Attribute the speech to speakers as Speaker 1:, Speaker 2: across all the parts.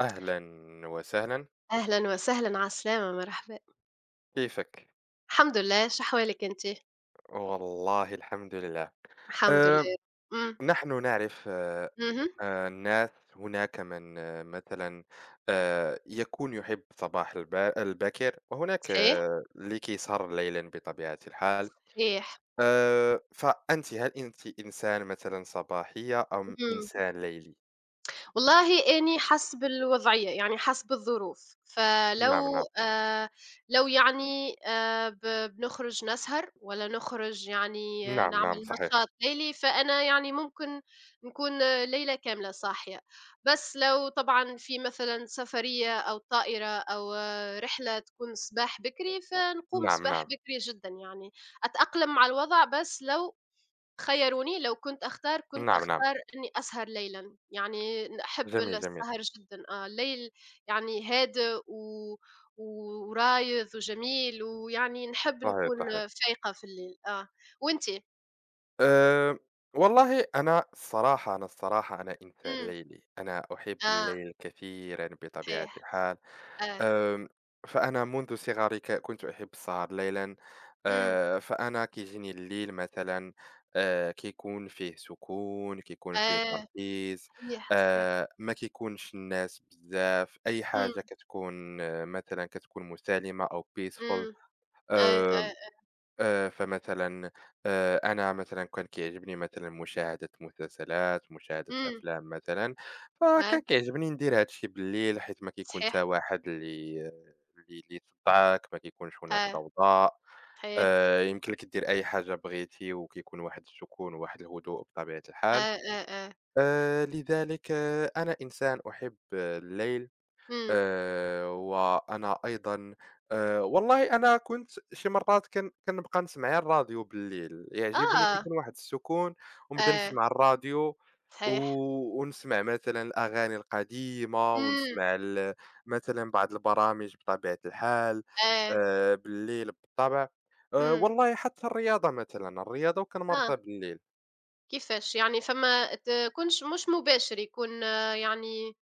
Speaker 1: أهلا وسهلا.
Speaker 2: أهلًا وسهلًا، على السلامة، مرحبًا.
Speaker 1: كيفك؟
Speaker 2: الحمد لله، شحوالِك أنتِ؟
Speaker 1: والله الحمد لله.
Speaker 2: الحمد
Speaker 1: أه
Speaker 2: لله. إمم،
Speaker 1: نحن نعرف،
Speaker 2: اهم،
Speaker 1: الناس. هناك من مثلا يكون يحب صباح الباكر، وهناك
Speaker 2: صحيح،
Speaker 1: لكي يسهر ليلا بطبيعة الحال.
Speaker 2: صحيح.
Speaker 1: فأنت، هل أنت إنسان مثلا صباحية أم
Speaker 2: إمم.
Speaker 1: إنسان ليلي؟
Speaker 2: والله أني حسب الوضعية، يعني حسب الظروف،
Speaker 1: نعم،
Speaker 2: فلو
Speaker 1: نعم.
Speaker 2: لو يعني بنخرج نسهر والّا نخرج يعني
Speaker 1: نعم، نعم،
Speaker 2: نعمل
Speaker 1: صحيح.
Speaker 2: نشاط ليلي، فأنا يعني ممكن نكون ليلة كاملة صاحية، بس لو طبعًا في مثلًا سفرية أو طائرة أو رحلة تكون الصباح بكري، فنقوم
Speaker 1: نعم،
Speaker 2: صباح
Speaker 1: نعم.
Speaker 2: بكري جدًا يعني، أتأقلم مع الوضع بس لو خيّروني لو كنت أختار، كنت
Speaker 1: نعم، نعم.
Speaker 2: أختار إني أسهر ليلًا، يعني أحب
Speaker 1: جميل، جميل.
Speaker 2: السهر جدًا الليل يعني هادئ و ورايض وجميل، ويعني نحب
Speaker 1: صحيح،
Speaker 2: نكون
Speaker 1: صحيح.
Speaker 2: فايقة في الليل وأنتِ؟
Speaker 1: آآ، والله أنا الصراحة، أنا إنسان
Speaker 2: إمم،
Speaker 1: ليلي، أنا أحب
Speaker 2: آه،
Speaker 1: الليل كثيرًا بطبيعة
Speaker 2: صحيح،
Speaker 1: الحال.
Speaker 2: آه،
Speaker 1: آمم، فأنا منذ صغري كنت أحب السهر ليلًا.
Speaker 2: إمم،
Speaker 1: فأنا كيجيني الليل مثلًا، كيكون فيه سكون، كيكون فيه
Speaker 2: آه،
Speaker 1: تركيز.
Speaker 2: صحيح، صحيح،
Speaker 1: ما كيكونش الناس بزاف، أي
Speaker 2: إمم،
Speaker 1: حاجة كتكون، مثلًا كتكون مسالمة أو peaceful.
Speaker 2: إمم، آه،
Speaker 1: آآ
Speaker 2: آه،
Speaker 1: فمثلًا أنا مثلًا كان كيعجبني مثلًا مشاهدة مسلسلات، مشاهدة
Speaker 2: إمم،
Speaker 1: أفلام مثلًا.
Speaker 2: آه،
Speaker 1: فكان كيعجبني ندير هاد الشي بالليل حيت ما كيكون حتى
Speaker 2: صحيح،
Speaker 1: واحد اللي يصدعك، ما كيكونش هناك
Speaker 2: آه،
Speaker 1: ضوضاء.
Speaker 2: صحيح،
Speaker 1: يمكن لك دير أي حاجة بغيتي وكيكون واحد السكون وواحد الهدوء بطبيعة الحال.
Speaker 2: آه، آه، آه،
Speaker 1: لذلك أنا إنسان أحب الليل.
Speaker 2: إمم،
Speaker 1: وأنا أيضًا والله أنا كنت شي مرات كنبقى نسمع الراديو بالليل، يعجبني كي
Speaker 2: آه،
Speaker 1: يكون واحد السكون، ونبدا
Speaker 2: آه،
Speaker 1: نسمع الراديو و
Speaker 2: صحيح،
Speaker 1: ونسمع مثلًا الأغاني القديمة،
Speaker 2: إمم،
Speaker 1: ونسمع مثلًا بعض البرامج بطبيعة الحال.
Speaker 2: آه،
Speaker 1: بالليل بالطبع.
Speaker 2: إمم،
Speaker 1: والله حتى الرياضة مثلًا، الرياضة
Speaker 2: آه.
Speaker 1: وكنمارسها بالليل.
Speaker 2: كيفاش؟ يعني فما كونش مش مباشر يكون يعني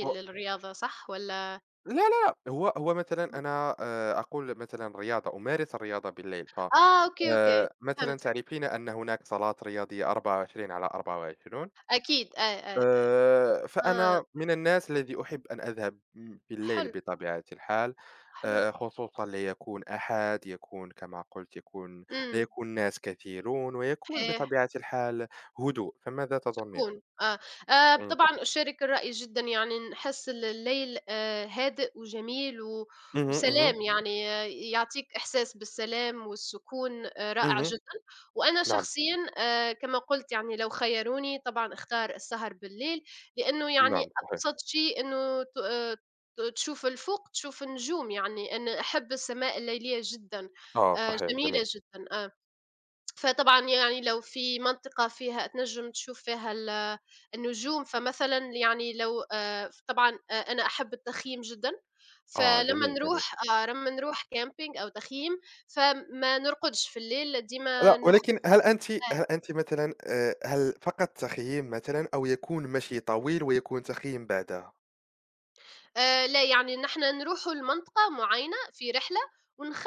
Speaker 1: و
Speaker 2: للرياضة صح والّا
Speaker 1: لا، لا. هو مثلًا
Speaker 2: م
Speaker 1: أنا، أقول مثلًا الرياضة، أمارس الرياضة بالليل.
Speaker 2: آه أوكي، أوكي
Speaker 1: مثلًا
Speaker 2: فهمتك،
Speaker 1: تعرفين أن هناك صالات رياضية 24 على 24.
Speaker 2: أكيد آه، آه، آه،
Speaker 1: فأنا من الناس الذي أحب أن أذهب في الليل
Speaker 2: حلو،
Speaker 1: بطبيعة الحال.
Speaker 2: حلو،
Speaker 1: خصوصًا ليكون أحد، يكون كما قلت يكون، لا
Speaker 2: إمم،
Speaker 1: يكون ناس كثيرون، ويكون
Speaker 2: صحيح.
Speaker 1: بطبيعة الحال هدوء. فماذا تظنين؟
Speaker 2: سكون. آه،
Speaker 1: إمم.
Speaker 2: طبعًا أشارك الرأي جدًا يعني نحس الليل هادئ وجميل و
Speaker 1: اهم، اهم،
Speaker 2: وسلام يعني يعطيك إحساس بالسلام والسكون رائع
Speaker 1: اهم.
Speaker 2: جدًا، وأنا
Speaker 1: نعم،
Speaker 2: شخصيًا كما قلت يعني لو خيّروني طبعًا أختار السهر بالليل، لأنه يعني
Speaker 1: نعم، صحيح.
Speaker 2: أبسط شيء إنه تشوف الفوق تشوف النجوم يعني أنا أحب السماء الليلية جدًا
Speaker 1: آه صحيح، جميل.
Speaker 2: جميلة جدًا. فطبعًا يعني لو في منطقة فيها تنجم تشوف فيها النجوم، فمثلًا يعني لو ف طبعًا أنا أحب التخييم جدًا،
Speaker 1: آه
Speaker 2: فلمّا
Speaker 1: جميل، جميل.
Speaker 2: نروح آه، لمّا نروح camping أو تخييم، فما نرقدش في الليل، ديما
Speaker 1: لأ،
Speaker 2: نخرج
Speaker 1: ولكن هل أنتِ،
Speaker 2: آه،
Speaker 1: مثلًا، هل فقط تخييم مثلًا أو يكون مشي طويل ويكون تخييم بعدها؟
Speaker 2: لا، يعني إن إحنا نروحوا لمنطقة معيّنة في رحلة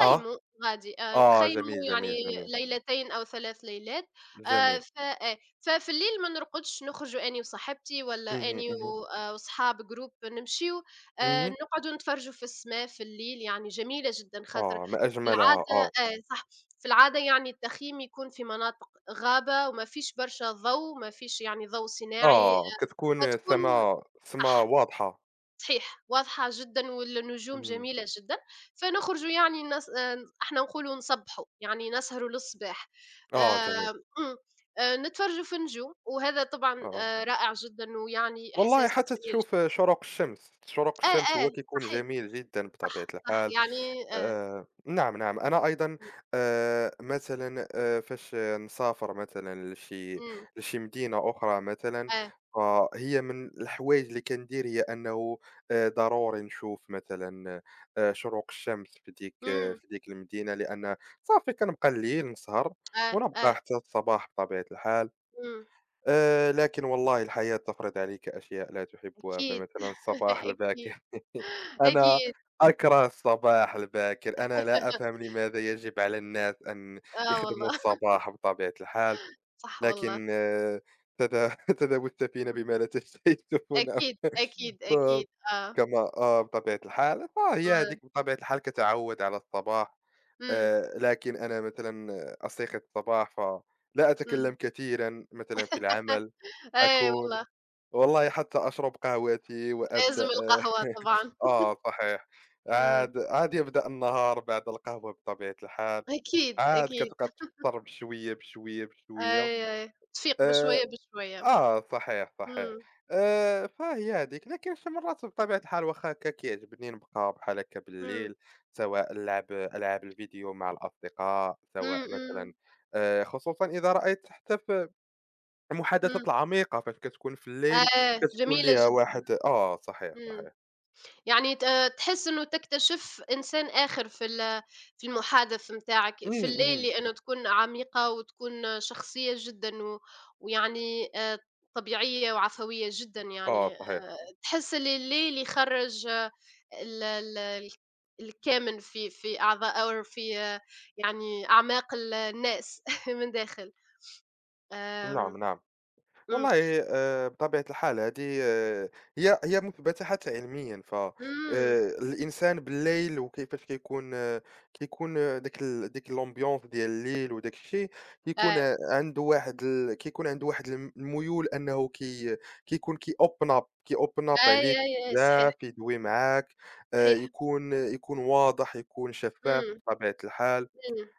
Speaker 1: آه،
Speaker 2: غادي،
Speaker 1: آه.
Speaker 2: نخيموا
Speaker 1: جميل،
Speaker 2: يعني
Speaker 1: جميل، جميل،
Speaker 2: ليلتين أو 3 ليلات،
Speaker 1: جميل.
Speaker 2: ف آه، ففي الليل ما نرقدش، نخرجوا أني وصاحبتي والّا
Speaker 1: اهم،
Speaker 2: أني
Speaker 1: اهم،
Speaker 2: و وصحاب group نمشيو،
Speaker 1: اهم.
Speaker 2: نقعدوا نتفرجوا في السما في الليل، يعني جميلة جدًا خاطر
Speaker 1: آه، ما
Speaker 2: في
Speaker 1: أجملها.
Speaker 2: العادة
Speaker 1: آه،
Speaker 2: صح، في العادة يعني التخييم يكون في مناطق غابة وما فيش برشا ضوء، ما فيش يعني ضوء صناعي،
Speaker 1: آه. كتكون
Speaker 2: فتكون
Speaker 1: السما
Speaker 2: صح
Speaker 1: واضحة.
Speaker 2: صحيح، واضحة جدًا والنجوم
Speaker 1: إمم.
Speaker 2: جميلة جدًا، فنخرجوا يعني نس إحنا نقولوا نصبّحوا، يعني نسهروا للصباح، آآ
Speaker 1: آه، جميل.
Speaker 2: إمم، نتفرجوا في النجوم، وهذا طبعًا
Speaker 1: آه،
Speaker 2: رائع جدًا ويعني
Speaker 1: والله
Speaker 2: إحساس
Speaker 1: حتى
Speaker 2: جميل
Speaker 1: تشوف
Speaker 2: جدًا.
Speaker 1: شروق الشمس، شروق
Speaker 2: آه،
Speaker 1: الشمس
Speaker 2: آه،
Speaker 1: هو كيكون
Speaker 2: صحيت،
Speaker 1: جميل جدًا بطبيعة
Speaker 2: صح، صح،
Speaker 1: الحال.
Speaker 2: يعني آه،
Speaker 1: نعم، نعم. أنا أيضًا
Speaker 2: إمم،
Speaker 1: مثلًا فاش نسافر مثلًا
Speaker 2: إمم،
Speaker 1: لشي مدينة أخرى مثلًا،
Speaker 2: آه،
Speaker 1: فهي من الحوايج اللي كندير هي أنه ضروري نشوف مثلًا شروق الشمس في ديك،
Speaker 2: إمم،
Speaker 1: في ديك المدينة، لأن صافي كنبقى الليل نسهر،
Speaker 2: آه، آه،
Speaker 1: ونبقى حتى الصباح بطبيعة الحال.
Speaker 2: إمم،
Speaker 1: لكن والله الحياة تفرض عليك أشياء لا تحبها،
Speaker 2: أكيد،
Speaker 1: فمثلًا الصباح
Speaker 2: أكيد،
Speaker 1: الباكر، أنا
Speaker 2: أكيد،
Speaker 1: أكره الصباح الباكر، أنا لا أفهم لماذا يجب على الناس أن
Speaker 2: آه
Speaker 1: يخدموا
Speaker 2: والله،
Speaker 1: الصباح بطبيعة الحال.
Speaker 2: صح والله،
Speaker 1: لكن تذ تذهب السفينة بما لا تشتهون.
Speaker 2: أكيد، أكيد،
Speaker 1: ف
Speaker 2: أكيد، آه،
Speaker 1: كما بطبيعة الحال، فهي
Speaker 2: آه،
Speaker 1: هذيك بطبيعة الحال كتعوّد على الصباح.
Speaker 2: إمم،
Speaker 1: لكن أنا مثلًا أستيقظ الصباح فلا
Speaker 2: إمم.
Speaker 1: أتكلم كثيرًا مثلًا في العمل.
Speaker 2: أي
Speaker 1: أكون،
Speaker 2: والله،
Speaker 1: والله حتى أشرب قهوتي
Speaker 2: ولازم
Speaker 1: وأبدأ.
Speaker 2: القهوة طبعًا.
Speaker 1: آه صحيح.
Speaker 2: إمم.
Speaker 1: عاد يبدأ النهار بعد القهوة بطبيعة الحال.
Speaker 2: أكيد،
Speaker 1: عاد
Speaker 2: أكيد.
Speaker 1: كتبقى تفطر بشوية بشوية بشوية.
Speaker 2: أي، أي. تفيق
Speaker 1: آه،
Speaker 2: بشوية، بشوية.
Speaker 1: آه صحيح، صحيح.
Speaker 2: إمم،
Speaker 1: فهي هذيك، لكن شي مرات بطبيعة الحال واخا هكا كيعجبني نبقى بحال هكا
Speaker 2: إمم.
Speaker 1: بالليل، سواء نلعب ألعاب الفيديو مع الأصدقاء، سواء
Speaker 2: إمم،
Speaker 1: مثلا
Speaker 2: إمم،
Speaker 1: خصوصا إذا رأيت حتى في
Speaker 2: إمم.
Speaker 1: محادثات العميقة فاش كتكون في الليل
Speaker 2: آه،
Speaker 1: كتكون
Speaker 2: جميلة
Speaker 1: ليها
Speaker 2: جدًا.
Speaker 1: واحد. آه صحيح،
Speaker 2: إمم.
Speaker 1: صحيح.
Speaker 2: يعني ت آه، تحس إنه تكتشف إنسان آخر في المحادث نتاعك، في
Speaker 1: إمم،
Speaker 2: الليل
Speaker 1: اهم.
Speaker 2: لأنه تكون عميقة وتكون شخصية جدًا و ويعني طبيعية وعفوية جدًا
Speaker 1: آه
Speaker 2: يعني،
Speaker 1: صحيح.
Speaker 2: تحس اللي الليل يخرّج ال ال ال الكامن في أعضاء أو في آه، يعني أعماق الناس من داخل. آمم،
Speaker 1: نعم، نعم.
Speaker 2: إمم،
Speaker 1: والله بطبيعة الحال هذه هي هي مثبتة حتى علميا.
Speaker 2: إمم،
Speaker 1: الإنسان بالليل، وكيفاش كيكون ديك الأمبيونس ديال الليل وداك الشيء كيكون
Speaker 2: أيوه،
Speaker 1: عنده واحد كيكون عنده واحد الميول أنه كيكون كي أوبن أب عليك
Speaker 2: أي، أي، أي، صحيح،
Speaker 1: بزاف، يدوي معاك.
Speaker 2: صحيح،
Speaker 1: يكون واضح، يكون شفاف
Speaker 2: إمم،
Speaker 1: بطبيعة الحال.
Speaker 2: إمم،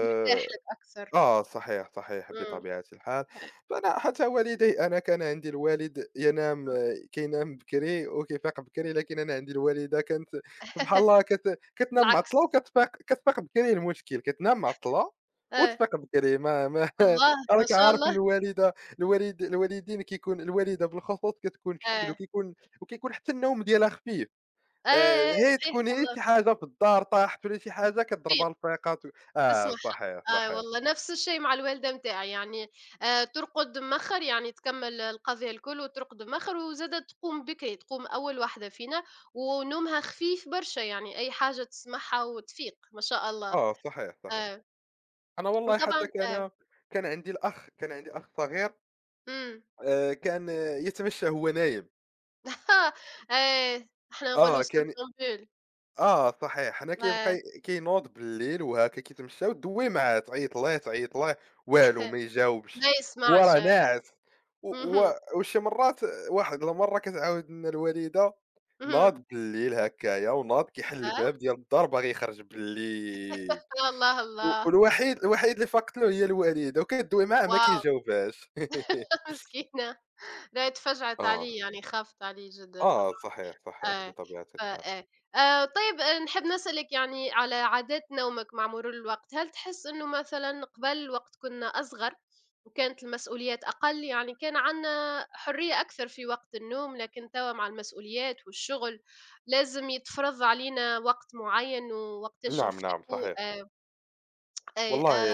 Speaker 2: يرتاح لك أكثر.
Speaker 1: آه صحيح، صحيح
Speaker 2: إمم.
Speaker 1: بطبيعة الحال. فأنا حتى والدي، أنا كان عندي الوالد كينام بكري وكيفيق بكري، لكن أنا عندي الوالدة كانت سبحان الله كتنام معطلة،
Speaker 2: العكس.
Speaker 1: وكتفيق، بكري المشكل، كتنام معطلة،
Speaker 2: آه.
Speaker 1: وتفيق بكري. ما
Speaker 2: الله ما
Speaker 1: راك
Speaker 2: شاء
Speaker 1: عارف
Speaker 2: الله
Speaker 1: الوالدة، الوالدين، كيكون الوالدة بالخصوص كتكون في شكل،
Speaker 2: آه.
Speaker 1: وكيكون حتى النوم ديالها خفيف.
Speaker 2: آه، آه،
Speaker 1: هي
Speaker 2: صحيح
Speaker 1: تكون،
Speaker 2: والله
Speaker 1: شي حاجة في الدار طاحت، ولا شي حاجة
Speaker 2: تفيق،
Speaker 1: كضربها الفيقة
Speaker 2: تسمعها.
Speaker 1: آه صحيح،
Speaker 2: آه
Speaker 1: صحيح.
Speaker 2: والله نفس الشيء مع الوالدة متاعي، يعني ترقد مأخر، يعني تكمّل القضية الكل وترقد مأخر وزادة تقوم بكري، تقوم أول واحدة فينا ونومها خفيف برشا، يعني أي حاجة تسمعها وتفيق ما شاء الله.
Speaker 1: آه صحيح، صحيح.
Speaker 2: آه.
Speaker 1: أنا والله حتى
Speaker 2: وطبعًا.
Speaker 1: كان، عندي الأخ كان عندي أخ صغير.
Speaker 2: إمم.
Speaker 1: كان يتمشى وهو نايم.
Speaker 2: آه. إحنا نقولوا
Speaker 1: آه كان.
Speaker 2: somnambule
Speaker 1: آه صحيح. حنا كيبقى
Speaker 2: آه.
Speaker 1: كينوض بالليل وهاكا كيتمشى، ودوّي معاه، تعيط ليه، تعيط ليه والو ما
Speaker 2: ما
Speaker 1: يجاوبش. هو
Speaker 2: يسمعش
Speaker 1: راه
Speaker 2: آه.
Speaker 1: ناعس. و و
Speaker 2: اهم.
Speaker 1: وشي مرات واحد المرة كتعاود لنا الوالدة،
Speaker 2: اهم.
Speaker 1: ناض بالليل هكايا وناض كيحل
Speaker 2: آه؟
Speaker 1: الباب ديال الدار، باغي يخرج بالليل.
Speaker 2: الله، الله،
Speaker 1: الوحيد اللي فاقت له هي الوالدة، وكدوي معاه ما
Speaker 2: واو!
Speaker 1: كيجاوبهاش.
Speaker 2: مسكينة. لا تفجعت
Speaker 1: آه،
Speaker 2: عليه يعني، خافت عليه جدًا
Speaker 1: آه
Speaker 2: طبعًا.
Speaker 1: صحيح، صحيح
Speaker 2: آه،
Speaker 1: بطبيعة
Speaker 2: ف
Speaker 1: الحال.
Speaker 2: آه. طيب نحب نسألك يعني على عادات نومك مع مرور الوقت، هل تحس إنه مثلًا قبل وقت كنا أصغر وكانت المسؤوليات أقل، يعني كان عندنا حرية أكثر في وقت النوم، لكن توا مع المسؤوليات والشغل لازم يتفرض علينا وقت معين ووقتاش
Speaker 1: نعم، نعم،
Speaker 2: نفيقوا
Speaker 1: صحيح.
Speaker 2: آآ أي
Speaker 1: والله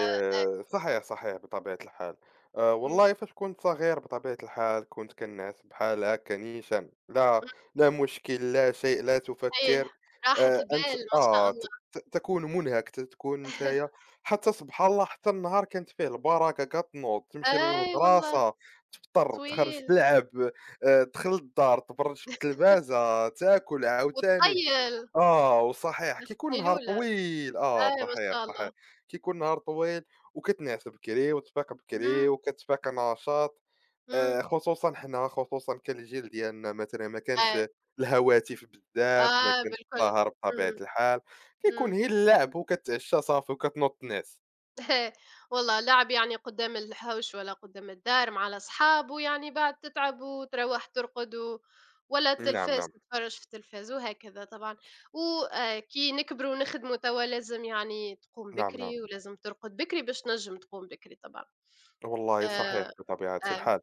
Speaker 1: صحيح، صحيح بطبيعة الحال.
Speaker 2: إمم.
Speaker 1: والله فاش كنت صغير بطبيعة الحال كنت كنعس بحال هاكا نيشان. لا، لا مشكل، لا شيء، لا
Speaker 2: إيه،
Speaker 1: تفكر.
Speaker 2: راحة
Speaker 1: أنت،
Speaker 2: البال ما شاء
Speaker 1: ت
Speaker 2: الله.
Speaker 1: ت تكون منهك، تكون نتايا. حتى سبحان الله حتى النهار كانت فيه البركة، كتنوض، تمشي
Speaker 2: أي والله،
Speaker 1: للمدرسة، تفطر، تخرج
Speaker 2: طويل
Speaker 1: تلعب، تدخل للدار، تبرج في التلفازة، تاكل عاوتاني.
Speaker 2: وثقيل،
Speaker 1: آه، وصحيح كيكون نهار
Speaker 2: قيلولة،
Speaker 1: طويل. آه
Speaker 2: أي ما
Speaker 1: صحيح،
Speaker 2: شاء
Speaker 1: صحيح.
Speaker 2: الله.
Speaker 1: كيكون نهار طويل، وكتنعس بكري، وتفيق بكري،
Speaker 2: إمم،
Speaker 1: وكتفيق نشاط.
Speaker 2: إمم،
Speaker 1: خصوصًا حنا، كان الجيل ديالنا مثلًا ما كانش
Speaker 2: أي،
Speaker 1: الهواتف بزاف، ما
Speaker 2: آه
Speaker 1: كانش
Speaker 2: بالكل،
Speaker 1: السهر بطبيعة
Speaker 2: إمم،
Speaker 1: الحال، كيكون
Speaker 2: إمم.
Speaker 1: غير اللعب، وكتعشى صافي، وكتنوض تنعس.
Speaker 2: والله لعب يعني قدام الحوش ولا قدام الدار مع الأصحاب، ويعني بعد تتعب وتروّح ترقد ولا
Speaker 1: نعم،
Speaker 2: التلفاز
Speaker 1: نعم.
Speaker 2: تتفرّج في التلفاز وهكذا طبعًا. و كي نكبروا ونخدموا توا لازم يعني تقوم
Speaker 1: نعم، نعم.
Speaker 2: بكري ولازم ترقد بكري باش تنجم تقوم بكري طبعًا.
Speaker 1: والله صحيح
Speaker 2: آآ
Speaker 1: بطبيعة
Speaker 2: أيوه،
Speaker 1: الحال.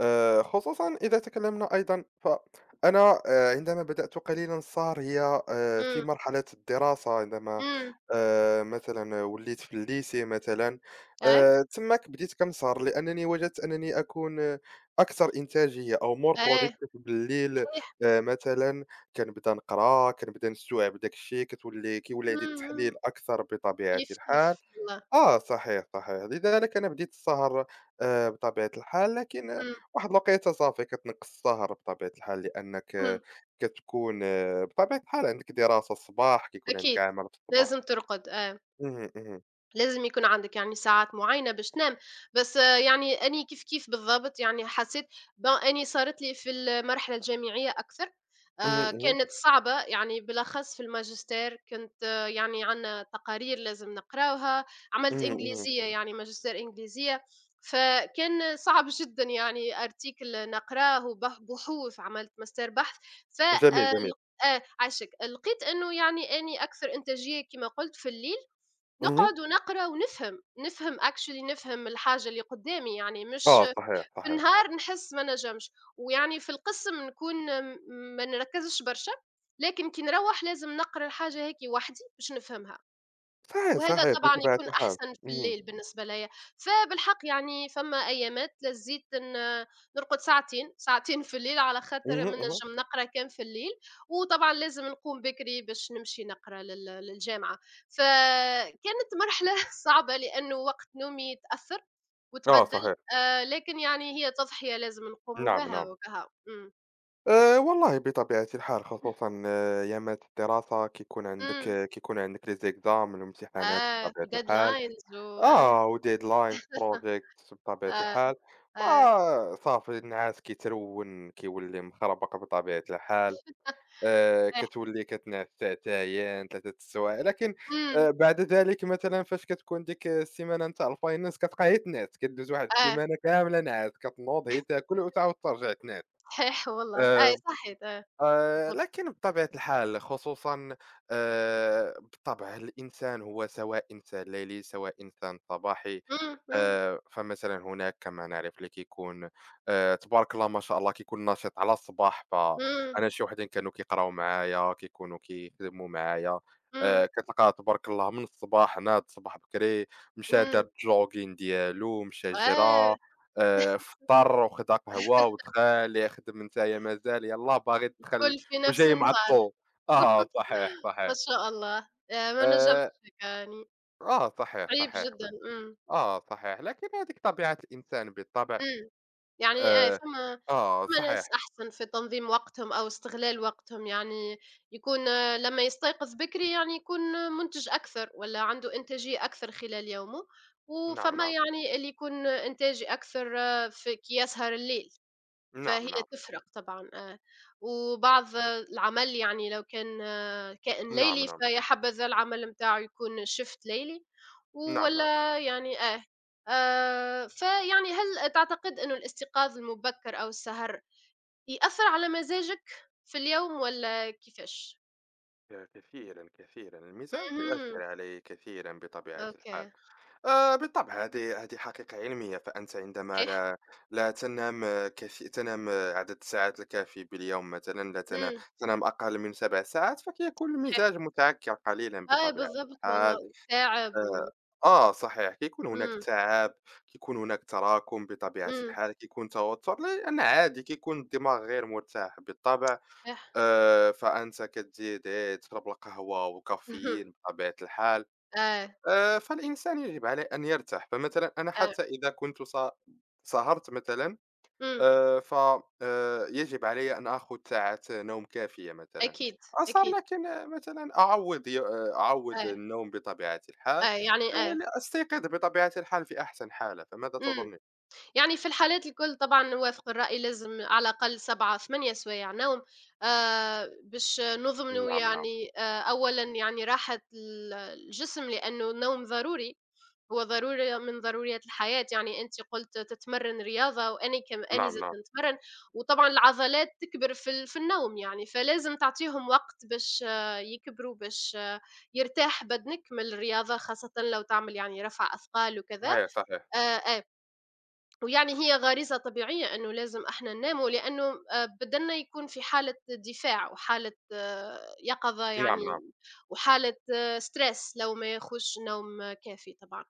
Speaker 1: خصوصا إذا تكلمنا أيضا، فأنا عندما بدأت قليلا صار هي في
Speaker 2: إمم،
Speaker 1: مرحلة الدراسة، عندما
Speaker 2: إمم،
Speaker 1: مثلا وليت في الليسي مثلا،
Speaker 2: أيوه،
Speaker 1: تماك بديت كنسهر لأنني وجدت أنني أكون أكثر إنتاجية أو مور
Speaker 2: أيوه،
Speaker 1: برودكتيف بالليل.
Speaker 2: صحيح،
Speaker 1: مثلا كنبدا نقرا، كنبدا نستوعب داك الشيء، كيولي عندي
Speaker 2: إمم،
Speaker 1: التحليل
Speaker 2: إمم،
Speaker 1: أكثر بطبيعة
Speaker 2: كيف،
Speaker 1: الحال.
Speaker 2: كيف والله،
Speaker 1: آه صحيح، صحيح. لذلك أنا بديت السهر بطبيعة الحال، لكن
Speaker 2: إمم،
Speaker 1: واحد الوقيتة صافي كتنقّص السهر بطبيعة الحال، لأنك
Speaker 2: إمم،
Speaker 1: كتكون بطبيعة الحال عندك دراسة الصباح، كيكون عندك
Speaker 2: أكيد
Speaker 1: عمل في الصباح.
Speaker 2: لازم ترقد، أيوه.
Speaker 1: اهم، اهم.
Speaker 2: لازم يكون عندك يعني ساعات معينة باش تنام، بس يعني أني كيف، كيف بالضبط يعني حسيت bon أني صارت لي في المرحلة الجامعية أكثر،
Speaker 1: اهم، اهم.
Speaker 2: كانت صعبة يعني بالأخص في الماجستير كنت يعني عندنا تقارير لازم نقراوها، عملت
Speaker 1: اهم، اهم.
Speaker 2: إنجليزية يعني ماجستير إنجليزية، فكان صعب جدًا يعني article نقراه وبح بحوث عملت ماستر بحث، ف
Speaker 1: جميل، جميل.
Speaker 2: عاشِك، لقيت إنه يعني أني أكثر إنتاجية كما قلت في الليل.
Speaker 1: اهم.
Speaker 2: نقعد ونقرا ونفهم، نفهم actually نفهم الحاجة اللي قدامي يعني مش
Speaker 1: آه صحيح،
Speaker 2: في
Speaker 1: صحيح.
Speaker 2: النهار نحس ما نجمش، ويعني في القسم نكون م ما نركزش برشا، لكن كي نروّح لازم نقرا الحاجة هاكي وحدي باش نفهمها.
Speaker 1: صحيح،
Speaker 2: وهذا
Speaker 1: صحيح،
Speaker 2: طبعًا
Speaker 1: بطبيعة
Speaker 2: يكون
Speaker 1: الحال.
Speaker 2: أحسن في
Speaker 1: اهم،
Speaker 2: الليل بالنسبة ليَّ، فبالحق يعني فما أيامات لزيت نرقد ساعتين، ساعتين في الليل على خاطر
Speaker 1: اهم،
Speaker 2: ما
Speaker 1: اهم.
Speaker 2: نجم نقرا كان في الليل، وطبعًا لازم نقوم بكري باش نمشي نقرا للجامعة، فكانت مرحلة صعبة لأنه وقت نومي تأثّر
Speaker 1: آه
Speaker 2: وتبدّل،
Speaker 1: صحيح.
Speaker 2: لكن يعني هي تضحية لازم نقوموا
Speaker 1: نعم،
Speaker 2: بها
Speaker 1: نعم.
Speaker 2: وكها، إمم،
Speaker 1: والله بطبيعة الحال، خصوصًا أيامات الدراسة كيكون عندك،
Speaker 2: إمم،
Speaker 1: les exams الامتحانات
Speaker 2: آه
Speaker 1: بطبيعة الحال.
Speaker 2: وdeadlines و
Speaker 1: آه وdeadlines projects بطبيعة
Speaker 2: آه،
Speaker 1: الحال.
Speaker 2: آه،
Speaker 1: فصافي النعاس كيولي مخربق بطبيعة الحال.
Speaker 2: صحيح،
Speaker 1: كتولي كتنعس ساعتين، 3 السوايع، لكن
Speaker 2: إمم،
Speaker 1: بعد ذلك مثلًا فاش كتكون ديك السيمانة نتاع الfinance كتبقى غير تنعس، كدوز واحد
Speaker 2: آه.
Speaker 1: السيمانة كاملة نعاس، كتنوض غي تاكل وتعاود ترجع تنعس.
Speaker 2: صحيح والله، أي
Speaker 1: آآ
Speaker 2: صحيت بالضبط.
Speaker 1: لكن بطبيعة الحال خصوصًا بالطبع الإنسان هو سواء إنسان ليلي، سواء إنسان صباحي.
Speaker 2: إمم، إمم،
Speaker 1: فمثلًا هناك كما نعرف اللي كيكون، تبارك الله ما شاء الله كيكون نشيط على الصباح.
Speaker 2: إمم،
Speaker 1: فأنا شي وحدين كانوا كيقراو معايا، كيكونوا كيخدموا معايا.
Speaker 2: إمم،
Speaker 1: كتلقاه تبارك الله من الصباح، ناض صباح بكري، مشى دار
Speaker 2: إمم،
Speaker 1: الجوغين ديالو، مشى
Speaker 2: آه،
Speaker 1: جرى. فطر وخدا قهوة ودخل، "يا خدم نتايا مازال، يالّا باغي تدخل
Speaker 2: الكل في نفس
Speaker 1: وجاي
Speaker 2: النهار،
Speaker 1: معطّل." آه، صحيح،
Speaker 2: ما
Speaker 1: صحيح.
Speaker 2: شاء الله، ما نجمش
Speaker 1: آآ،
Speaker 2: هكا يعني،
Speaker 1: آه صحيح،
Speaker 2: صعيب
Speaker 1: صحيح
Speaker 2: جدًا، إمم،
Speaker 1: آه صحيح، لكن هذيك طبيعة الإنسان بالطبع.
Speaker 2: إمم، يعني
Speaker 1: آآ،
Speaker 2: فما
Speaker 1: آه
Speaker 2: فما ناس
Speaker 1: صحيح.
Speaker 2: أحسن في تنظيم وقتهم أو استغلال وقتهم، يعني يكون لمّا يستيقظ بكري يعني يكون مُنتِج أكثر والّا عنده إنتاجية أكثر خلال يومه،
Speaker 1: نعم،
Speaker 2: وفما
Speaker 1: نعم.
Speaker 2: يعني اللي يكون إنتاجي أكثر في كي يسهر الليل. فهي
Speaker 1: نعم، نعم.
Speaker 2: تفرق طبعًا. وبعض العمل يعني لو كان كائن
Speaker 1: نعم،
Speaker 2: ليلي،
Speaker 1: نعم.
Speaker 2: فيا حبذا العمل نتاعه يكون shift ليلي
Speaker 1: نعم، نعم.
Speaker 2: والّا يعني. فيعني هل تعتقد إنه الاستيقاظ المبكر أو السهر يأثّر على مزاجك في اليوم والّا كيفاش؟
Speaker 1: كثيرًا، كثيرًا، المزاج
Speaker 2: اهم.
Speaker 1: يؤثّر عليه كثيرًا بطبيعة الحال.
Speaker 2: أوكي.
Speaker 1: بالطبع. هذه حقيقة علمية. فأنت عندما
Speaker 2: صحيح.
Speaker 1: لا تنام، تنام عدد الساعات الكافي باليوم مثلًا، لا
Speaker 2: إمم.
Speaker 1: تنام أقل من 7 ساعات، فكيكون
Speaker 2: صحيح.
Speaker 1: المزاج متعكر قليلًا
Speaker 2: آه
Speaker 1: بطبيعة
Speaker 2: بالضبط والله
Speaker 1: الحال.
Speaker 2: وتاعب
Speaker 1: آآ آه صحيح، كيكون هناك
Speaker 2: إمم.
Speaker 1: تعب، كيكون هناك تراكُم بطبيعة
Speaker 2: إمم.
Speaker 1: الحال، كيكون توتر، لأن عادي كيكون الدماغ غير مرتاح بالطبع.
Speaker 2: صحيح.
Speaker 1: فأنت كتزيد إيه، تشرب القهوة
Speaker 2: اهم.
Speaker 1: والكافيين بطبيعة الحال.
Speaker 2: آه.
Speaker 1: فالإنسان يجب عليه أن يرتاح، فمثلًا أنا
Speaker 2: آه.
Speaker 1: حتى إذا كنت سهرت مثلًا،
Speaker 2: إمم.
Speaker 1: ف يجب علي أن آخذ ساعة نوم كافية مثلًا،
Speaker 2: أكيد،
Speaker 1: أسهر
Speaker 2: أكيد.
Speaker 1: لكن مثلًا أعوّض ي آه، أعوّض
Speaker 2: آه.
Speaker 1: النوم بطبيعة الحال.
Speaker 2: آه، يعني
Speaker 1: أستيقظ بطبيعة الحال في أحسن حالة. فماذا
Speaker 2: إمم،
Speaker 1: تظنّين؟
Speaker 2: يعني في الحالات الكل طبعًا نوافق الرأي لازم على الأقل 7، 8 سوايع نوم باش نضمنوا
Speaker 1: نعم، نعم.
Speaker 2: يعني أولًا يعني راحة الجسم لأنه النوم ضروري، هو ضروري من ضروريات الحياة، يعني أنتِ قلت تتمرّن رياضة وأني كم أني
Speaker 1: نعم،
Speaker 2: زاد
Speaker 1: نعم.
Speaker 2: نتمرّن، وطبعًا العضلات تكبر في النوم يعني، فلازم تعطيهم وقت باش يكبروا، باش يرتاح بدنك من الرياضة خاصةً لو تعمل يعني رفع أثقال وكذا
Speaker 1: صحيح، صحيح.
Speaker 2: آآ، آه. ويعني هي غريزة طبيعية إنه لازم إحنا نناموا لأنه بدننا يكون في حالة دفاع وحالة يقظة
Speaker 1: نعم،
Speaker 2: يعني
Speaker 1: نعم.
Speaker 2: وحالة stress لو ما ياخدش نوم كافي طبعًا،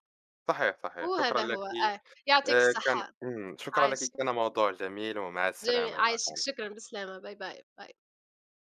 Speaker 1: صحيح، صحيح، شكرًا
Speaker 2: وهذا هو
Speaker 1: لكِ.
Speaker 2: يعطيك
Speaker 1: كان
Speaker 2: الصحة،
Speaker 1: إمم، شكرًا لكِ،
Speaker 2: عايش
Speaker 1: كان موضوع جميل، ومع
Speaker 2: جميل
Speaker 1: السلامة إلى
Speaker 2: عايشِك
Speaker 1: اللقاء.
Speaker 2: شكرًا بالسلامة، باي باي، باي.